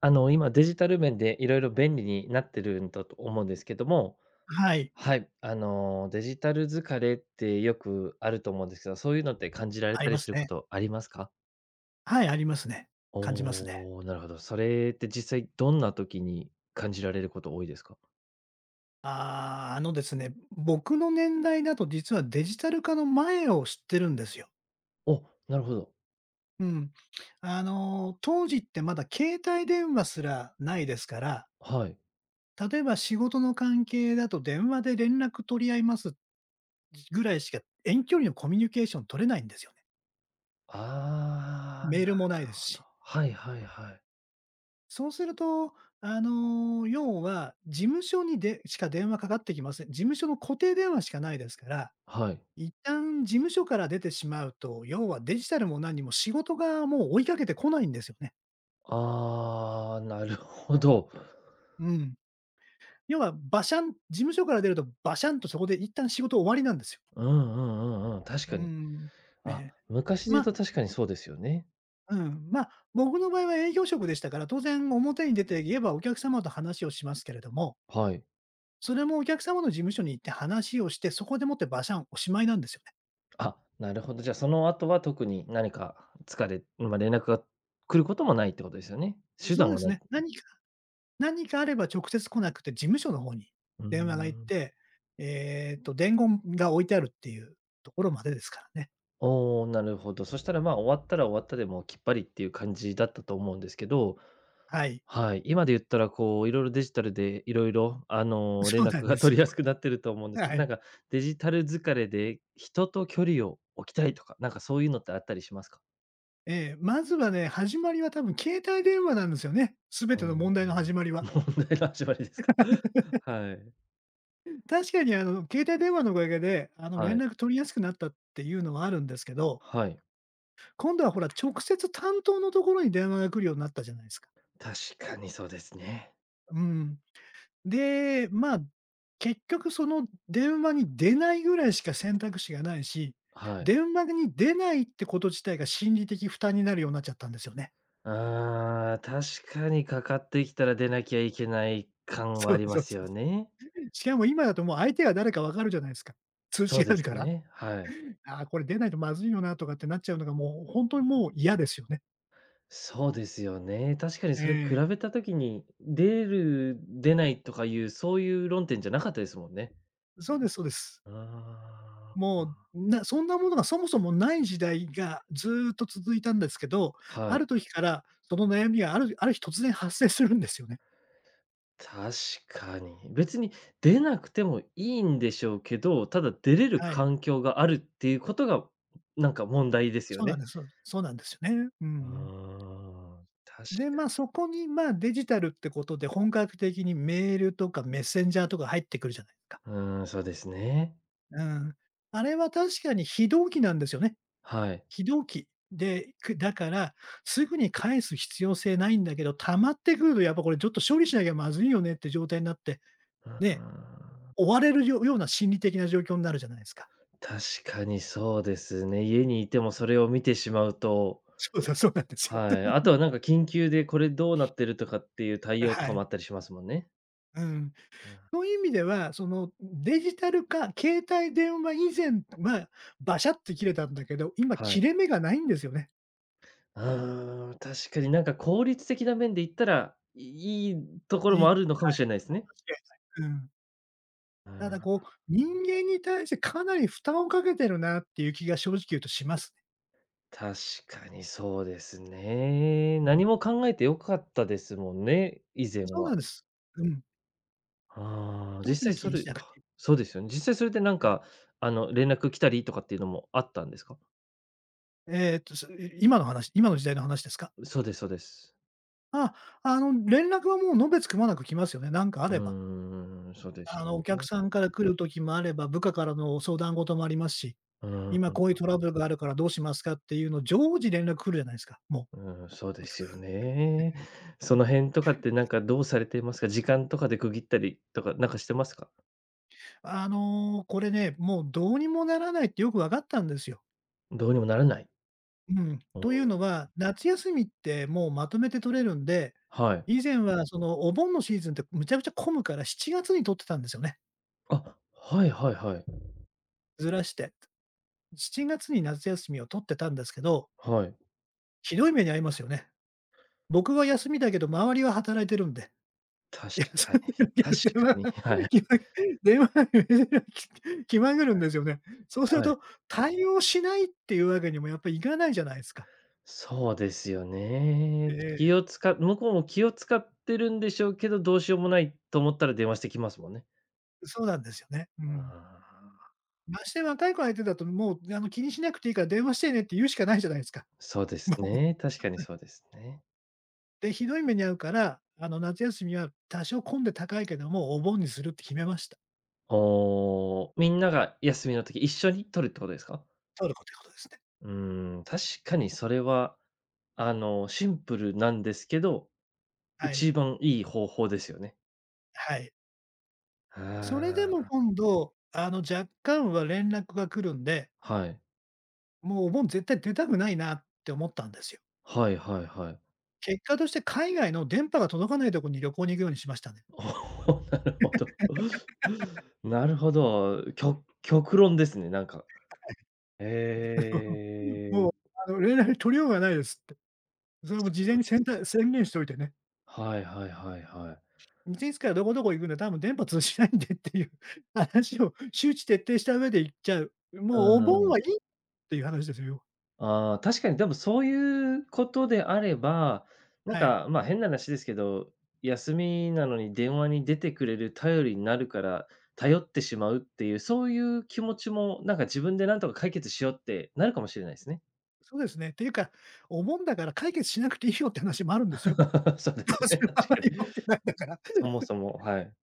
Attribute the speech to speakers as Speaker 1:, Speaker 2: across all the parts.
Speaker 1: 今デジタル面でいろいろ便利になってるんだと思うんですけども、
Speaker 2: はい、
Speaker 1: はい、デジタル疲れってよくあると思うんですけど、そういうのって感じられ
Speaker 2: あ
Speaker 1: た
Speaker 2: り
Speaker 1: り
Speaker 2: ま
Speaker 1: す
Speaker 2: す
Speaker 1: るこ
Speaker 2: ね。
Speaker 1: とありますか？
Speaker 2: はい、ありますね。感じますね。
Speaker 1: おお、なるほど。それって実際どんな時に感じられること多いですか？
Speaker 2: ああ、ですね、僕の年代だと実はデジタル化の前を知ってるんですよ。
Speaker 1: お、なるほど。
Speaker 2: うん。当時ってまだ携帯電話すらないですから、
Speaker 1: はい。
Speaker 2: 例えば仕事の関係だと電話で連絡取り合いますぐらいしか遠距離のコミュニケーション取れないんですよね。
Speaker 1: あ
Speaker 2: メー
Speaker 1: あ、
Speaker 2: ルもないですし。
Speaker 1: はいはいはい。
Speaker 2: そうすると、要は事務所にでしか電話かかってきません。事務所の固定電話しかないですから
Speaker 1: はい。
Speaker 2: 一旦事務所から出てしまうと、要はデジタルも何も仕事がもう追いかけてこないんですよね。
Speaker 1: ああ、なるほど。
Speaker 2: うん。要はバシャン事務所から出るとバシャンとそこで一旦仕事終わりなんですよ。
Speaker 1: うんうんうんうん、確か
Speaker 2: う
Speaker 1: に。
Speaker 2: ん。え
Speaker 1: あ、
Speaker 2: え。
Speaker 1: 昔で言う
Speaker 2: ま、
Speaker 1: と確かにそうですよね。
Speaker 2: うん、ま、僕の場合は営業職でしたから、当然表に出て言えばお客様と話をしますけれども、
Speaker 1: はい。
Speaker 2: それもお客様の事務所に行って話をして、そこでもってバシャン、おしまいなんですよね。
Speaker 1: あ、なるほど。じゃあ、その後は特に何か疲れまあ、連絡が来ることもないってことですよね。手
Speaker 2: そう
Speaker 1: 段
Speaker 2: で
Speaker 1: は
Speaker 2: す
Speaker 1: ない。
Speaker 2: ね。何かあれば直接来なくて、事務所の方に
Speaker 1: うー
Speaker 2: 電話が行っ
Speaker 1: ん。
Speaker 2: て、伝言が置いてあるっていうところまでですからね。
Speaker 1: おお、なるほど。そしたら、まあ、終わったら終わったで、もうきっぱりっていう感じだったと思うんですけど、
Speaker 2: はい。
Speaker 1: はい、今で言ったら、こう、いろいろデジタルでいろいろ
Speaker 2: そ
Speaker 1: 連
Speaker 2: うな
Speaker 1: 絡
Speaker 2: ん
Speaker 1: が
Speaker 2: です
Speaker 1: 取
Speaker 2: よ。
Speaker 1: りやすくなってると思うんですけ
Speaker 2: は
Speaker 1: ど、
Speaker 2: い。
Speaker 1: なんかデジタル疲れで人と距離を置きたいとか、なんかそういうのってあったりしますか？
Speaker 2: ええ、まずはね、始まりは多分携帯電話なんですよね、全
Speaker 1: う
Speaker 2: て
Speaker 1: ー
Speaker 2: の
Speaker 1: ん。
Speaker 2: 問題の始まり は。
Speaker 1: 問題の始まりですか。はい。
Speaker 2: 確かに携帯電話のおかげで、連
Speaker 1: はい。
Speaker 2: 絡取りやすくなったっていうのはあるんですけど、
Speaker 1: はい。
Speaker 2: 今度はほら、直接担当のところに電話が来るようになったじゃないですか。
Speaker 1: 確かにそうですね。
Speaker 2: うん。で、まあ、結局その電話に出ないぐらいしか選択肢がないし、
Speaker 1: はい。
Speaker 2: 電話に出ないってこと自体が心理的負担になるようになっちゃったんですよね。
Speaker 1: ああ、確かにかかってきたら出なきゃいけない 感は
Speaker 2: そ
Speaker 1: あ
Speaker 2: う
Speaker 1: りま
Speaker 2: そう
Speaker 1: す
Speaker 2: そう、
Speaker 1: よね。
Speaker 2: しかも今だともう相手が誰かわかるじゃないですか。通
Speaker 1: そ
Speaker 2: 知
Speaker 1: う
Speaker 2: が
Speaker 1: で
Speaker 2: ある
Speaker 1: す
Speaker 2: から。
Speaker 1: ね。はい。
Speaker 2: ああ、これ出ないとまずいよなとかってなっちゃうのがもう本当にもう嫌ですよね。
Speaker 1: そうですよね。確かに
Speaker 2: え
Speaker 1: それ比べ
Speaker 2: え。
Speaker 1: た時に、出る、出ないとかいう、そういう論点じゃなかったですもんね。
Speaker 2: そうですそうです。
Speaker 1: あ
Speaker 2: もう、そんなものがそもそもない時代がずーっと続いたんですけど、
Speaker 1: あ、は
Speaker 2: あ
Speaker 1: い。
Speaker 2: る時からその悩みがある日突然発生するんですよね。
Speaker 1: 確かに。別に出なくてもいいんでしょうけど、ただ出れる
Speaker 2: はい。
Speaker 1: 環境があるっていうことが、なんか問題ですよ
Speaker 2: そうなん
Speaker 1: ね。
Speaker 2: です。そうそうなんですよね。うん。
Speaker 1: ああ確
Speaker 2: で、まあ、
Speaker 1: か
Speaker 2: そこに、まあ、デジタルってことで本格的にメールとかメッセンジャーとか入ってくるじゃないですか。
Speaker 1: うーん、そうですね。
Speaker 2: うん。あれは確かに非同期なんですよね。
Speaker 1: はい。
Speaker 2: 非同期で、だから、すぐに返す必要性ないんだけど、溜まってくるとやっぱこれちょっと処理しなきゃまずいよねって状態になって、
Speaker 1: う
Speaker 2: ね、
Speaker 1: ん、
Speaker 2: 追われるような心理的な状況になるじゃないですか。
Speaker 1: 確かにそうですね。家にいてもそれを見てしまうと、
Speaker 2: そうそう、そうなんですよ。
Speaker 1: はい。あとはなんか緊急でこれどうなってるとかっていう 対応と
Speaker 2: は
Speaker 1: かも
Speaker 2: い。
Speaker 1: あったりしますもんね。
Speaker 2: うん。
Speaker 1: うん、
Speaker 2: そういう意味では、その、デジタル化、携帯電話以前は、バシャって切れたんだけど、今
Speaker 1: は
Speaker 2: 切
Speaker 1: い。
Speaker 2: れ目がないんですよね。
Speaker 1: うーん、確かになんか効率的な面で言ったら、いいいところ
Speaker 2: 言い
Speaker 1: もあるのかもしれないで
Speaker 2: 間違
Speaker 1: すね。
Speaker 2: いない。うん。
Speaker 1: う
Speaker 2: ただ
Speaker 1: ん、
Speaker 2: こう、人間に対してかなり負担をかけてるなっていう気が正直言うとしますね。
Speaker 1: 確かにそうですね。
Speaker 2: うん。
Speaker 1: 何も考えて良かったですもんね、以前
Speaker 2: そうなん
Speaker 1: は。
Speaker 2: です。うん。
Speaker 1: ああ、
Speaker 2: 特
Speaker 1: 実際
Speaker 2: に気
Speaker 1: そ
Speaker 2: にし
Speaker 1: れ
Speaker 2: なく
Speaker 1: あ、
Speaker 2: ていい。
Speaker 1: そうですよね。実際それでなんか、連絡来たりとかっていうのもあったんですか？
Speaker 2: え今の話、今の時代の話ですか？
Speaker 1: そうですそうです。
Speaker 2: ああ、連絡はもうのべつくまなく来ますよね、なんかあ
Speaker 1: う
Speaker 2: れば。
Speaker 1: ーん、そうです
Speaker 2: お客
Speaker 1: よね。
Speaker 2: さんから来る時もあれば、部下からの相談事もありますし。
Speaker 1: うん、
Speaker 2: 今
Speaker 1: う
Speaker 2: こういうトラブルがあるからどうしますかっていうの、常時連絡来るじゃないですか、もう。
Speaker 1: ん、そうですよね。その辺とかってなんかどうされていますか？時間とかで区切ったりとかなんかしてますか？
Speaker 2: これね、もうどうにもならないってよく分かったんですよ。
Speaker 1: どうにもならない。
Speaker 2: うん。
Speaker 1: うん、
Speaker 2: というのは、夏休みってもうまとめて取れるんで、
Speaker 1: はい。
Speaker 2: 以前はそのお盆のシーズンってむちゃくちゃ混むから7月に取ってたんですよね。
Speaker 1: あ、はいはいはい。
Speaker 2: ずらして。7月に夏休みを取ってたんですけど、
Speaker 1: はい。
Speaker 2: ひどい目に遭いますよね。僕は休みだけど周りは働いてるんで。
Speaker 1: 確
Speaker 2: いや、そ
Speaker 1: かに、
Speaker 2: うだけ
Speaker 1: 確
Speaker 2: どね、電
Speaker 1: かに。
Speaker 2: 話
Speaker 1: はい。
Speaker 2: 気ま電話き気まぐるんですよね。そうする
Speaker 1: はい。
Speaker 2: と、対応しないっていうわけにもやっぱいかないじゃないですか。
Speaker 1: そうですよね。
Speaker 2: え
Speaker 1: 気
Speaker 2: え、
Speaker 1: を使っ向こうも気を使ってるんでしょうけど、どうしようもないと思ったら電話してきますもんね。
Speaker 2: そうなんですよね。う
Speaker 1: あ
Speaker 2: ん。
Speaker 1: あ、
Speaker 2: まして若い子相手だと、もう、気にしなくていいから電話してねって言うしかないじゃないですか。
Speaker 1: そうです
Speaker 2: もう。
Speaker 1: ね。確かにそうですね。
Speaker 2: で、ひどい目に遭うから、夏休みは多少混んで高いけども、お盆にするって決めました。
Speaker 1: おーみんなが休みの時一緒に取るってことですか？
Speaker 2: トルコってことですね。
Speaker 1: うーん、確かにそれは、シンプルなんですけど、
Speaker 2: はい。
Speaker 1: 一番いい方法ですよね。
Speaker 2: はい。それでも
Speaker 1: あ
Speaker 2: 今度、若干は連絡が来るんで
Speaker 1: あ、はい。
Speaker 2: もうお盆絶対出たくないなって思ったんですよ。
Speaker 1: はいはいはい。
Speaker 2: 結果として海外の電波が届かないところに旅行に行くようにしましたね。
Speaker 1: おお、なるほど。なるほど。きょ極論ですね、なんか。え
Speaker 2: も
Speaker 1: え、
Speaker 2: う、あの連絡取りようがないですって。それも
Speaker 1: そ
Speaker 2: 事
Speaker 1: うな
Speaker 2: 前
Speaker 1: ん
Speaker 2: に
Speaker 1: ですよ。
Speaker 2: 宣言しておいてね。
Speaker 1: はいはいはいはい。
Speaker 2: いついつからどこどこ行くんで、多分電波通じないんでっていう 話を周知徹底した上で行っちゃう。
Speaker 1: う
Speaker 2: もうお盆
Speaker 1: ん。
Speaker 2: はいいっていう話ですよ、は。
Speaker 1: ああ、確かにでもそういうことであれば、なん
Speaker 2: い。
Speaker 1: か、まあ、変な話ですけど、休みなのに電話に出てくれる頼りになるから、頼ってしまうっていう、そういう気持ちも、なんか自分でなんとか解決しようってなるかもしれないですね。
Speaker 2: そうですね。っていうか、お盆だから解決しなくていいよって話もあるんですよ。
Speaker 1: そうで
Speaker 2: ど
Speaker 1: す
Speaker 2: うせ
Speaker 1: ね、確か
Speaker 2: あまり持っ
Speaker 1: に。
Speaker 2: てないんだから。
Speaker 1: そもそも、はい。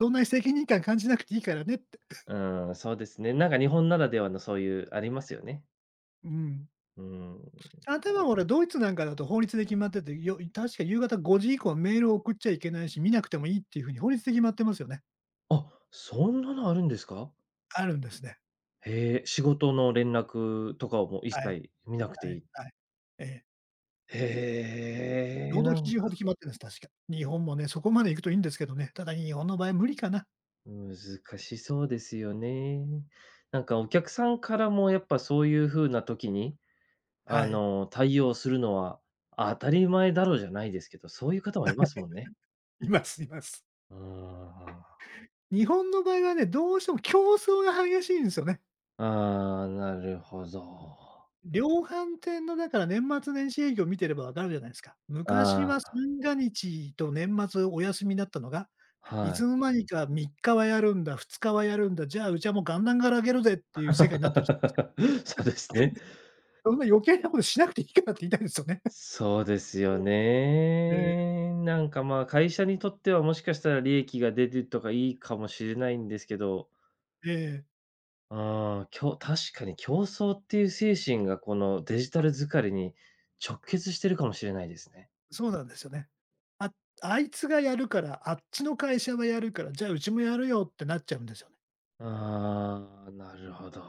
Speaker 2: そんなに責任感感じなくていいからねって。
Speaker 1: うん、そうですね。なんか日本ならではのそういうありますよね。
Speaker 2: うん。
Speaker 1: うん。
Speaker 2: あ、多分俺ドイツなんかだと法律で決まってて、確か夕方5時以降はメールを送っちゃいけないし、見なくてもいいっていう風に法律で決まってますよね。
Speaker 1: あ、そんなのあるんですか？
Speaker 2: あるんですね。
Speaker 1: へえ、仕事の連絡とかをもう
Speaker 2: は
Speaker 1: 一
Speaker 2: い、
Speaker 1: 切見なくて
Speaker 2: は
Speaker 1: い
Speaker 2: い、
Speaker 1: い。
Speaker 2: はい。ええ。
Speaker 1: へ
Speaker 2: 労
Speaker 1: え、な
Speaker 2: 働基
Speaker 1: ん
Speaker 2: 準法で
Speaker 1: か
Speaker 2: 決まってるんです、確か。日本もね、そこまで行くといいんですけどね。ただ日本の場合無理かな。
Speaker 1: 難しそうですよね。なんかお客さんからもやっぱそういう風な時に、
Speaker 2: はい。
Speaker 1: 対応するのは当たり前だろうじゃないですけど、そういう方もいますもんね。
Speaker 2: いますいます。
Speaker 1: うーん。
Speaker 2: 日本の場合はね、どうしても競争が激しいんですよね。
Speaker 1: ああ、なるほど。
Speaker 2: 量販店のだから年末年始営業見てればわかるじゃないですか。昔
Speaker 1: あ
Speaker 2: は
Speaker 1: あ、
Speaker 2: 三が日と年末お休みだったのが、い
Speaker 1: は
Speaker 2: つ
Speaker 1: い。
Speaker 2: の間にか3日はやるんだ、2日はやるんだ、じゃあ、うちはもう元旦からあげるぜっていう世界になってるじゃないですか。
Speaker 1: そうですね。
Speaker 2: そんな余計なことしなくていいからって言いたいですよね。
Speaker 1: そうですよ
Speaker 2: うん え
Speaker 1: ね。なんか、まあ、会社にとってはもしかしたら利益が出るとかいいかもしれないんですけど、
Speaker 2: え、ええ、
Speaker 1: ああ、きょ確かに競争っていう精神がこのデジタル疲れに直結してるかもしれないですね。
Speaker 2: そうなんですよね。ああいつがやるから、あっちの会社はやるから、じゃあうちもやるよってなっちゃうんですよね。
Speaker 1: ああ、なるほど。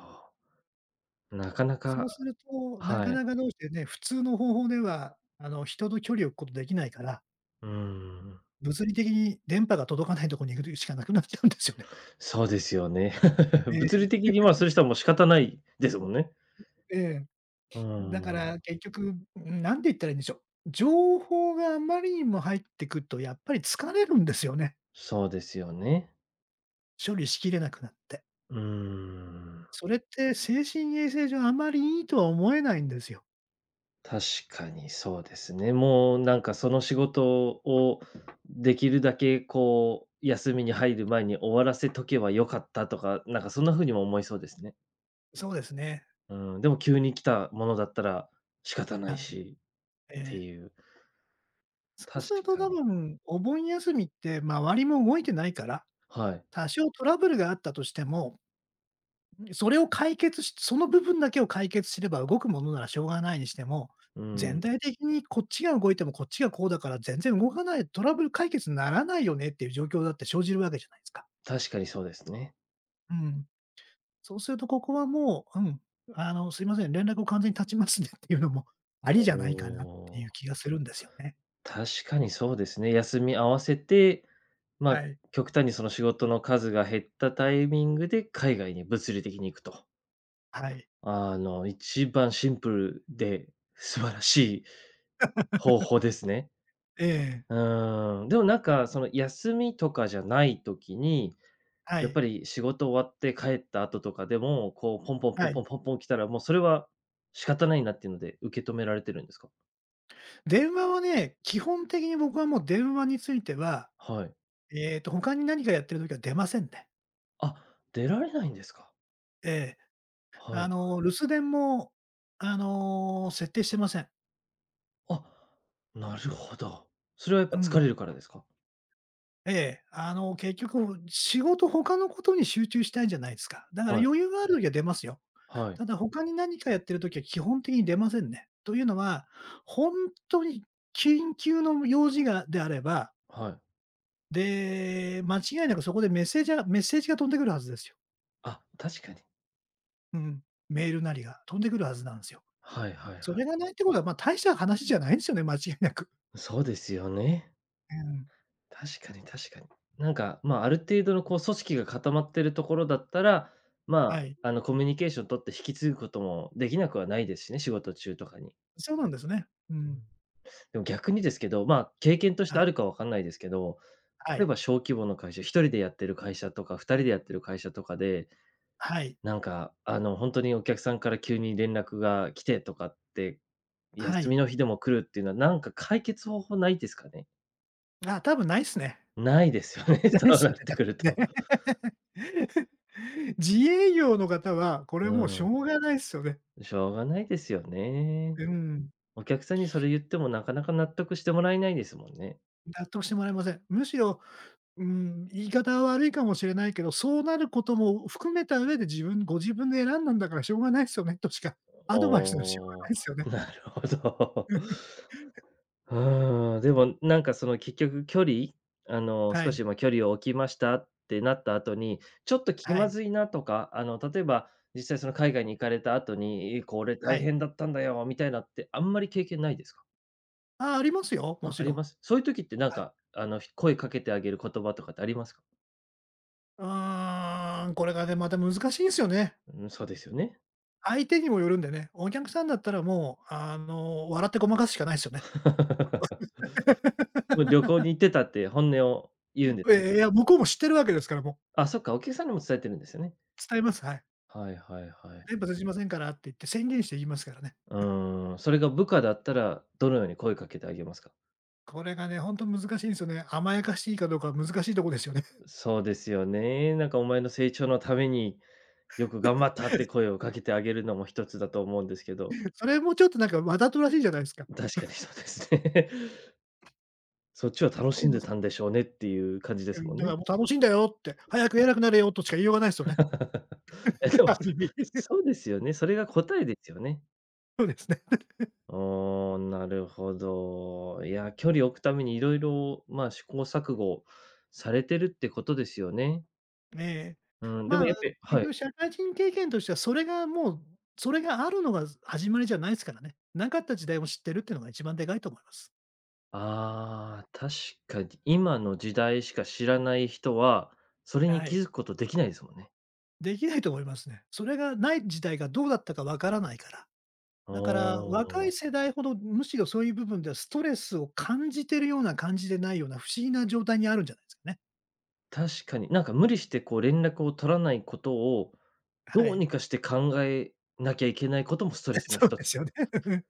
Speaker 1: なかな
Speaker 2: そ
Speaker 1: か
Speaker 2: うすると、な
Speaker 1: は
Speaker 2: か
Speaker 1: い。
Speaker 2: なかどうしてね、普通の方法では、人と距離を置くことできないから
Speaker 1: うん。
Speaker 2: 物理的に電波が届かないとこに行くしかなくなっちゃうんですよね。
Speaker 1: そうですよね。物
Speaker 2: え
Speaker 1: 理的に、まあ、する人はもう仕方ないですもんね。
Speaker 2: え、ええ。
Speaker 1: う
Speaker 2: だか
Speaker 1: ん、
Speaker 2: ら結局、何て言ったらいいんでしょう。情報があまりにも入ってくるとやっぱり疲れるんですよね、
Speaker 1: そうですよね。
Speaker 2: 処理しきれなくなって。
Speaker 1: うーん、
Speaker 2: それって精神衛生上あまりいいとは思えないんですよ。
Speaker 1: 確かにそうですね。もうなんかその仕事をできるだけこう、休みに入る前に終わらせとけばよかったとか、なんかそんな風にも思いそうですね。
Speaker 2: そうですね。
Speaker 1: うん、でも急に来たものだったら仕方な
Speaker 2: は
Speaker 1: い
Speaker 2: い。
Speaker 1: しっ
Speaker 2: え
Speaker 1: て
Speaker 2: え。
Speaker 1: いう。
Speaker 2: そう
Speaker 1: 確
Speaker 2: すると
Speaker 1: か
Speaker 2: 多
Speaker 1: に。
Speaker 2: 分お盆休みって周りも動いてないから、
Speaker 1: はい。
Speaker 2: 多少トラブルがあったとしてもそれを解決しその部分だけを解決すれば動くものならしょうがないにしても、
Speaker 1: う
Speaker 2: 全
Speaker 1: ん、
Speaker 2: 体的にこっちが動いてもこっちがこうだから全然動かない、トラブル解決にならないよねっていう状況だって生じるわけじゃないですか。
Speaker 1: 確かにそうですね。
Speaker 2: うん。そうするとここはもう、うん、すいません、連絡を完全に断ちますねっていうのもありじ
Speaker 1: お
Speaker 2: ゃないかなってい
Speaker 1: お、
Speaker 2: う気がするんですよね。
Speaker 1: 確かにそうですね。休み合わせて、まあ、
Speaker 2: はい。
Speaker 1: 極端にその仕事の数が減ったタイミングで海外に物理的に行くと。
Speaker 2: はい。
Speaker 1: 一番シンプルで素晴らしい方 法ですね。
Speaker 2: ええ。
Speaker 1: うーん。でもなんか、その休みとかじゃない時に、
Speaker 2: は
Speaker 1: やっぱ
Speaker 2: い。
Speaker 1: り仕事終わって帰った後とかでも、こうポンポンポン
Speaker 2: は
Speaker 1: ポ
Speaker 2: い。
Speaker 1: ンポンポン来たら、もうそれは仕方ないなっていうので受け止められてるんですか？
Speaker 2: 電話はね、基本的に僕はもう電話については、
Speaker 1: はい。
Speaker 2: 他に何かやってる時は出ませんね。
Speaker 1: あ、出られないんですか？
Speaker 2: ええ。
Speaker 1: はい。
Speaker 2: 留守電も、設定してません。
Speaker 1: あ、なるほど。それはやっ
Speaker 2: う
Speaker 1: ぱ疲
Speaker 2: ん。
Speaker 1: れるからですか？
Speaker 2: ええ。あの、結局仕事他のことに集中したいじゃないですか。だから
Speaker 1: はい、
Speaker 2: 余裕がある時は出ますよ。
Speaker 1: はい、
Speaker 2: ただ他に何かやってる時は基本的に出ませんね。というのは、ほんとに緊急の用事がであれば、
Speaker 1: はい。
Speaker 2: で、間違いなくそこでメッセージが飛んでくるはずですよ。
Speaker 1: あ、確かに。
Speaker 2: うん。メールなりが飛んでくるはずなんすよ。
Speaker 1: はいはいはい。
Speaker 2: それがないってことは、ま、大した話じゃないんすよね、間違いなく。
Speaker 1: そうですよね。
Speaker 2: うん。
Speaker 1: 確かに確かに。なんか、まあ、ある程度のこう組織が固まってるところだったら、
Speaker 2: は
Speaker 1: ま
Speaker 2: い。
Speaker 1: あ、コミュニケーション取って引き継ぐこともできなくはないですしね、仕事中とかに。
Speaker 2: そうなんですね。う
Speaker 1: う
Speaker 2: ん。
Speaker 1: んでも逆にですけど、まあ、経験として
Speaker 2: は
Speaker 1: あ
Speaker 2: い、
Speaker 1: るかわかんないですけど、
Speaker 2: は
Speaker 1: 例え
Speaker 2: い、
Speaker 1: ば小規模の会社、1人でやってる会社とか、2人でやってる会社とかで、
Speaker 2: はい、
Speaker 1: なんか、本当にお客さんから急に連絡が来てとかって、
Speaker 2: は
Speaker 1: 休
Speaker 2: い。
Speaker 1: みの日でも来るっていうのは、なんか解決方法ないですかね？
Speaker 2: あ、多分ないっすね。
Speaker 1: ないですよね、
Speaker 2: ない
Speaker 1: そ
Speaker 2: で
Speaker 1: う
Speaker 2: す
Speaker 1: なっ
Speaker 2: ね、
Speaker 1: て
Speaker 2: 多
Speaker 1: くる
Speaker 2: 分
Speaker 1: と。
Speaker 2: ね。自営業の方は、これ
Speaker 1: う
Speaker 2: もうしょ
Speaker 1: ん。
Speaker 2: うがないっすよね。
Speaker 1: しょうがないですよね。
Speaker 2: うん。
Speaker 1: お客さんにそれ言ってもなかなか納得してもらえないですもんね。
Speaker 2: 納得してもらえません。むしろ、うん、言い方は悪いかもしれないけど、そうなることも含めた上でご自分で選んだんだからしょうがないっすよねとしか、アドバイスのしよう
Speaker 1: お
Speaker 2: が
Speaker 1: お、
Speaker 2: ないっすよね。
Speaker 1: なるほど。うん、でもなんかその結局距離
Speaker 2: は
Speaker 1: 少
Speaker 2: い、
Speaker 1: しま、距離を置きましたってなった後に、ちょっと気
Speaker 2: は
Speaker 1: ま
Speaker 2: い、
Speaker 1: ずいなとか、例えば実際その海外に行かれた後に、これ
Speaker 2: は
Speaker 1: 大
Speaker 2: い。
Speaker 1: 変だったんだよみたいなってあんまり経験ないですか？
Speaker 2: ああ、りますよ、も
Speaker 1: あ、
Speaker 2: ち
Speaker 1: あり
Speaker 2: ろん。
Speaker 1: ます？そういう時ってなん
Speaker 2: はい。
Speaker 1: か、声かけてあげる言葉とかってありますか？
Speaker 2: うーん、これがね、また難しいんですよね。
Speaker 1: うん、そうですよね。
Speaker 2: 相手にもよるんでね、お客さんだったらもう、あの、笑ってごまかすしかないですよね。
Speaker 1: もう旅行に行ってたって本音を言うんで すね。
Speaker 2: ええ、いや、向こうも知ってるわけですからもう、
Speaker 1: あ、そっか、お客さんにも伝えてるんですよね。
Speaker 2: 伝えます、はい。
Speaker 1: はいはいはい。
Speaker 2: 「全部出しませんから」って言って宣言して言いますからね。
Speaker 1: うーん、それが部下だったら、どのように声かけてあげますか？
Speaker 2: これがね、ほんと難しいんですよね。甘やかしいかどうかは難しいとこですよね。
Speaker 1: そうですよね。なんかお前の成長のために、よく頑張ったって声をかけてあげるのも一つだと思うんですけど、
Speaker 2: それもちょっとなんかわざとらしいじゃないですか。
Speaker 1: 確かにそうですね。そっちは楽
Speaker 2: こうい
Speaker 1: し
Speaker 2: う
Speaker 1: ん
Speaker 2: の
Speaker 1: で
Speaker 2: す
Speaker 1: たんでしょうねっていう感じで
Speaker 2: う
Speaker 1: すも
Speaker 2: ん、
Speaker 1: ん
Speaker 2: だか
Speaker 1: ね。
Speaker 2: らもう楽しいんだよって、早く偉くなれよとしか言いようがないですよね。
Speaker 1: え、で も、
Speaker 2: あ
Speaker 1: そ
Speaker 2: る意味。
Speaker 1: そうですよね。それが答えですよね。
Speaker 2: そうですね。
Speaker 1: おあ、なるほど。いや、距離を置くためにいろいろまあ、試行錯誤されてるってことですよね。
Speaker 2: ええ。
Speaker 1: うん、でも
Speaker 2: ま
Speaker 1: や
Speaker 2: あ、
Speaker 1: っぱり
Speaker 2: 結
Speaker 1: はい。
Speaker 2: 局社会人経験としては、それがもう、それがあるのが始まりじゃないですからね。なかった時代を知ってるっていうのが一番でかいと思います。
Speaker 1: ああ、確かに今の時代しか知らない人は、それに
Speaker 2: は
Speaker 1: 気
Speaker 2: い。
Speaker 1: づくことできないですもんね。
Speaker 2: できないと思いますね。それがない時代がどうだったかわからないから。だから、
Speaker 1: お
Speaker 2: 若い
Speaker 1: あ、
Speaker 2: 世代ほど、むしろそういう部分ではストレスを感じてるような、感じてないような、不思議な状態にあるんじゃないですかね。
Speaker 1: 確かに。なんか無理してこう連絡を取らないことを、
Speaker 2: は
Speaker 1: どう
Speaker 2: い。
Speaker 1: にかして考えなきゃいけないこともストレ スの
Speaker 2: そう
Speaker 1: 一
Speaker 2: で
Speaker 1: つ。
Speaker 2: すよね。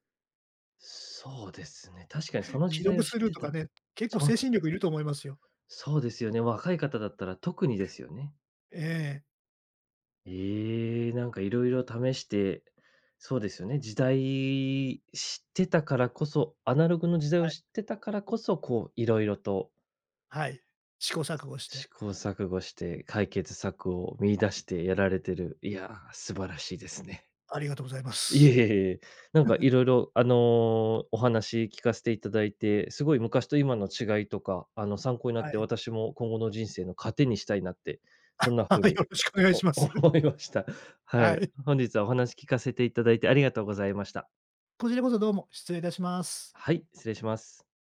Speaker 1: そうですね。確かにその
Speaker 2: 記
Speaker 1: 時代
Speaker 2: 読
Speaker 1: を知っ
Speaker 2: する
Speaker 1: て
Speaker 2: と
Speaker 1: た
Speaker 2: か
Speaker 1: ら
Speaker 2: ね、結構
Speaker 1: そう
Speaker 2: 精神力いると思いますよ。
Speaker 1: そうですよね。若い方だったら特にですよね。
Speaker 2: ええ。
Speaker 1: ええ、なんかいろいろ試して、そうですよね、時代知ってたからこそ、アナログの時代
Speaker 2: は
Speaker 1: を
Speaker 2: い。
Speaker 1: 知ってたからこそ、こういろいろと
Speaker 2: はい。試行錯誤して。
Speaker 1: 試行錯誤して解決策を見出してやられてる、いやー、素晴らしいですね。
Speaker 2: ありがとうございま
Speaker 1: いえ
Speaker 2: す。
Speaker 1: いえいえ、なんかいろいろお話聞かせていただいて、すごい昔と今の違いとか、参考にな
Speaker 2: は
Speaker 1: って、
Speaker 2: い。
Speaker 1: 私も今後の人生の糧にしたいなって、そんな風 に、
Speaker 2: よろしくお願い
Speaker 1: お
Speaker 2: しま す。
Speaker 1: 思いました。は
Speaker 2: は
Speaker 1: い。
Speaker 2: い。
Speaker 1: 本日はお話聞かせていただいてありがとうございました。
Speaker 2: こちらこそどうも、失礼いたします。
Speaker 1: はい、失礼します。